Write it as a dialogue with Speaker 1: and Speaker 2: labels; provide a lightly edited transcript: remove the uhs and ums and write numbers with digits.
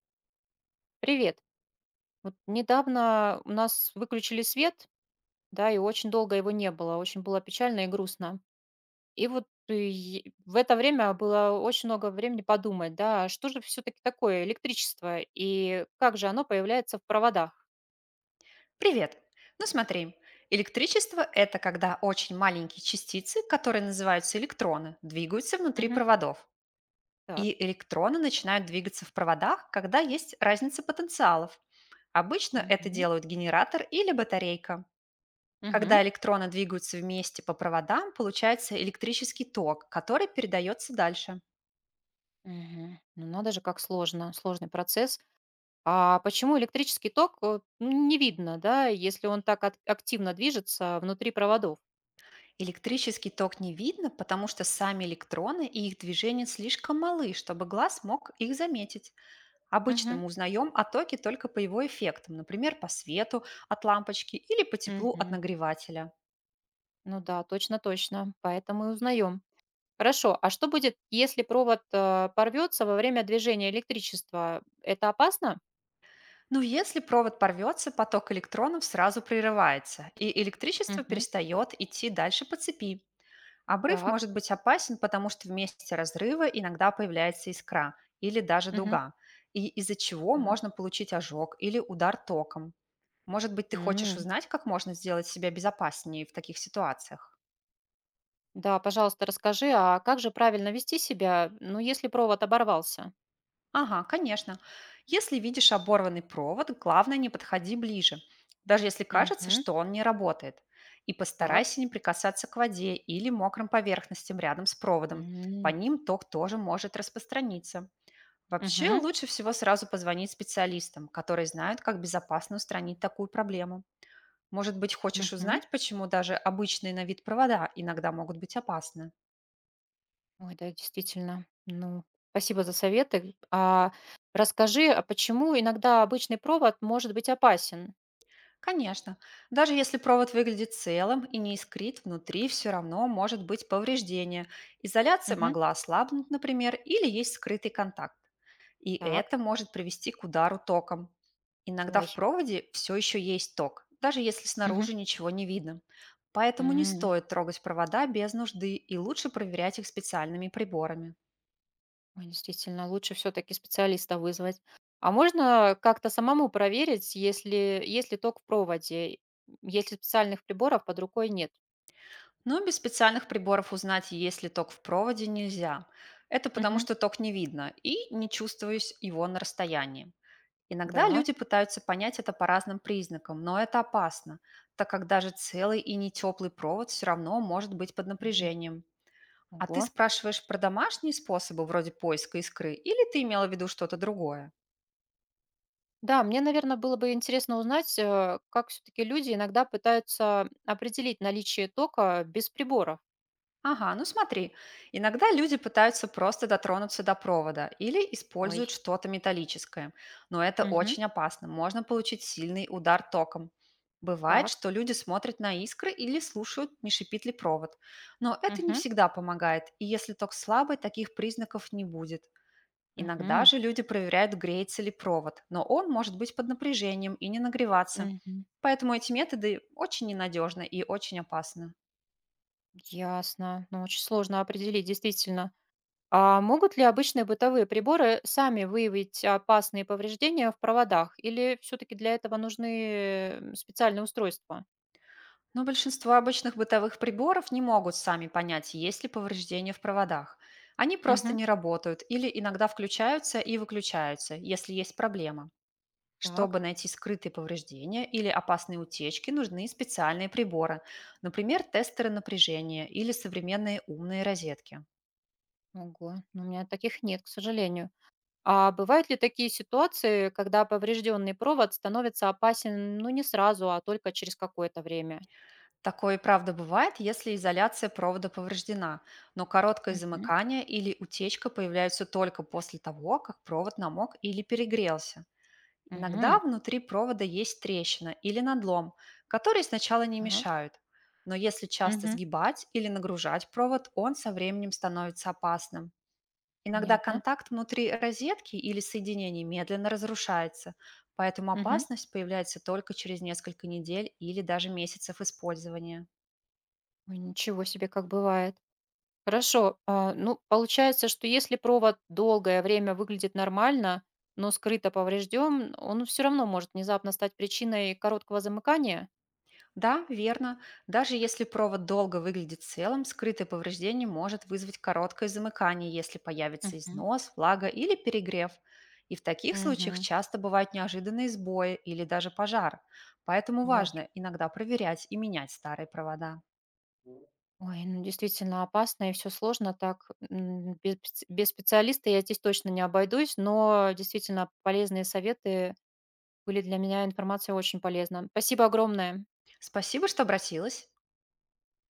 Speaker 1: Привет. Вот недавно у нас выключили свет, да, и очень долго его не было. Очень было печально и грустно. И вот в это время было очень много времени подумать, да, а что же все-таки такое электричество и как же оно появляется в проводах?
Speaker 2: Привет! Ну смотри, электричество– это когда очень маленькие частицы, которые называются электроны, двигаются внутри
Speaker 1: Мгм.
Speaker 2: проводов.
Speaker 1: Так.
Speaker 2: И электроны начинают двигаться в проводах, когда есть разница потенциалов. Обычно это
Speaker 1: Мгм.
Speaker 2: делают генератор или батарейка.
Speaker 1: Мгм.
Speaker 2: Когда электроны двигаются вместе по проводам, получается электрический ток, который передается дальше.
Speaker 1: Мгм. Ну надо же, как сложно, сложный процесс. А почему электрический ток ну, не видно, да, если он так активно движется внутри проводов?
Speaker 2: Электрический ток не видно, потому что сами электроны и их движение слишком малы, чтобы глаз мог их заметить. Обычно
Speaker 1: Мгм.
Speaker 2: мы узнаем о токе только по его эффектам, например, по свету от лампочки или по теплу от
Speaker 1: Мгм.
Speaker 2: нагревателя.
Speaker 1: Ну да, точно-точно. Поэтому и узнаем. Хорошо, а что будет, если провод порвется во время движения электричества? Это опасно?
Speaker 2: Но если провод порвется, поток электронов сразу прерывается, и электричество
Speaker 1: Мгм.
Speaker 2: перестает идти дальше по цепи. Обрыв
Speaker 1: Так.
Speaker 2: может быть опасен, потому что вместе разрыва иногда появляется искра или даже
Speaker 1: Мгм.
Speaker 2: дуга, и из-за чего
Speaker 1: Так.
Speaker 2: можно получить ожог или удар током. Может быть, ты хочешь
Speaker 1: М.
Speaker 2: узнать, как можно сделать себя безопаснее в таких ситуациях?
Speaker 1: Да, пожалуйста, расскажи, а как же правильно вести себя, ну, если провод оборвался?
Speaker 2: Ага, конечно. Если видишь оборванный провод, главное не подходи ближе, даже если кажется,
Speaker 1: Мгм.
Speaker 2: что он не работает. И
Speaker 1: Так.
Speaker 2: постарайся не прикасаться к воде или мокрым поверхностям рядом с проводом. По
Speaker 1: М.
Speaker 2: ним ток тоже может распространиться. Вообще
Speaker 1: Мгм.
Speaker 2: лучше всего сразу позвонить специалистам, которые знают, как безопасно устранить такую проблему. Может быть, хочешь
Speaker 1: Мгм.
Speaker 2: узнать, почему даже обычные на вид провода иногда могут быть опасны?
Speaker 1: Ой, да, действительно. Ну, спасибо за советы. А расскажи, а почему иногда обычный провод может быть опасен?
Speaker 2: Конечно, даже если провод выглядит целым и не искрит, внутри все равно может быть повреждение. Изоляция
Speaker 1: Мгм.
Speaker 2: могла ослабнуть, например, или есть скрытый контакт. И
Speaker 1: Так.
Speaker 2: это может привести к удару током. Иногда
Speaker 1: Ой.
Speaker 2: в проводе все еще есть ток, даже если
Speaker 1: Мгм.
Speaker 2: снаружи ничего не видно. Поэтому не
Speaker 1: М.
Speaker 2: стоит трогать провода без нужды и лучше проверять их специальными приборами.
Speaker 1: Ой, действительно, лучше все-таки специалиста вызвать. А можно как-то самому проверить, если ток в проводе, если специальных приборов под рукой нет?
Speaker 2: Но без специальных приборов узнать, есть ли ток в проводе, нельзя. Это потому,
Speaker 1: Мгм.
Speaker 2: что ток не видно и не чувствуешь его на расстоянии. Иногда
Speaker 1: Да.
Speaker 2: люди пытаются понять это по разным признакам, но это опасно, так как даже целый и не теплый провод все равно может быть под
Speaker 1: Мгм.
Speaker 2: напряжением. А ты
Speaker 1: Ого.
Speaker 2: спрашиваешь про домашние способы вроде поиска искры или ты имела в виду что-то другое?
Speaker 1: Да, мне, наверное, было бы интересно узнать, как все-таки люди иногда пытаются определить наличие тока без приборов.
Speaker 2: Ага, ну смотри, иногда люди пытаются просто дотронуться до провода или
Speaker 1: Ой.
Speaker 2: используют что-то металлическое, но это
Speaker 1: Мгм.
Speaker 2: очень опасно, можно получить сильный удар током. Бывает,
Speaker 1: Так.
Speaker 2: что люди смотрят на искры или слушают, не шипит ли провод, но это не
Speaker 1: Мгм.
Speaker 2: всегда помогает, и если ток слабый, таких признаков не будет. Иногда
Speaker 1: Мгм.
Speaker 2: же люди проверяют, греется ли провод, но он может быть под напряжением и не нагреваться.
Speaker 1: Мгм.
Speaker 2: Поэтому эти методы очень ненадежны и очень опасны.
Speaker 1: Ясно. Ну, очень сложно определить, действительно. А могут ли обычные бытовые приборы сами выявить опасные повреждения в проводах? Или все-таки для этого нужны специальные устройства?
Speaker 2: Но большинство обычных бытовых приборов не могут сами понять, есть ли повреждения в проводах. Они просто
Speaker 1: Мгм.
Speaker 2: не работают или иногда включаются и выключаются, если есть проблема.
Speaker 1: Так,
Speaker 2: Чтобы найти скрытые повреждения или опасные утечки, нужны специальные приборы, например, тестеры напряжения или современные умные розетки.
Speaker 1: ого, ну, у меня таких нет, к сожалению. А бывают ли такие ситуации, когда поврежденный провод становится опасен, ну, не сразу, а только через какое-то время?
Speaker 2: Такое и правда бывает, если изоляция провода повреждена, но короткое
Speaker 1: Мгм.
Speaker 2: замыкание или утечка появляются только после того, как провод намок или перегрелся. Иногда
Speaker 1: Мгм.
Speaker 2: внутри провода есть трещина или надлом, которые сначала не
Speaker 1: Так.
Speaker 2: мешают. Но если часто
Speaker 1: Мгм.
Speaker 2: сгибать или нагружать провод, он со временем становится опасным. Иногда
Speaker 1: Понятно.
Speaker 2: контакт внутри розетки или соединений медленно разрушается, поэтому
Speaker 1: Мгм.
Speaker 2: опасность появляется только через несколько недель или даже месяцев использования.
Speaker 1: Ой, ничего себе, как бывает. Хорошо. А, ну, получается, что если провод долгое время выглядит нормально, но скрыто поврежден, он все равно может внезапно стать причиной короткого замыкания?
Speaker 2: Да, верно. Даже если провод долго выглядит целым, скрытое повреждение может вызвать короткое замыкание, если появится
Speaker 1: Мгм.
Speaker 2: износ, влага или перегрев. И в таких случаях
Speaker 1: Мгм.
Speaker 2: часто бывают неожиданные сбои или даже пожар. Поэтому
Speaker 1: Ой,
Speaker 2: важно иногда проверять и менять старые провода.
Speaker 1: ой, ну действительно опасно и все сложно так. Без, без специалиста я здесь точно не обойдусь, но действительно полезные советы были для меня, информация очень полезна. Спасибо огромное.
Speaker 2: Спасибо, что обратилась.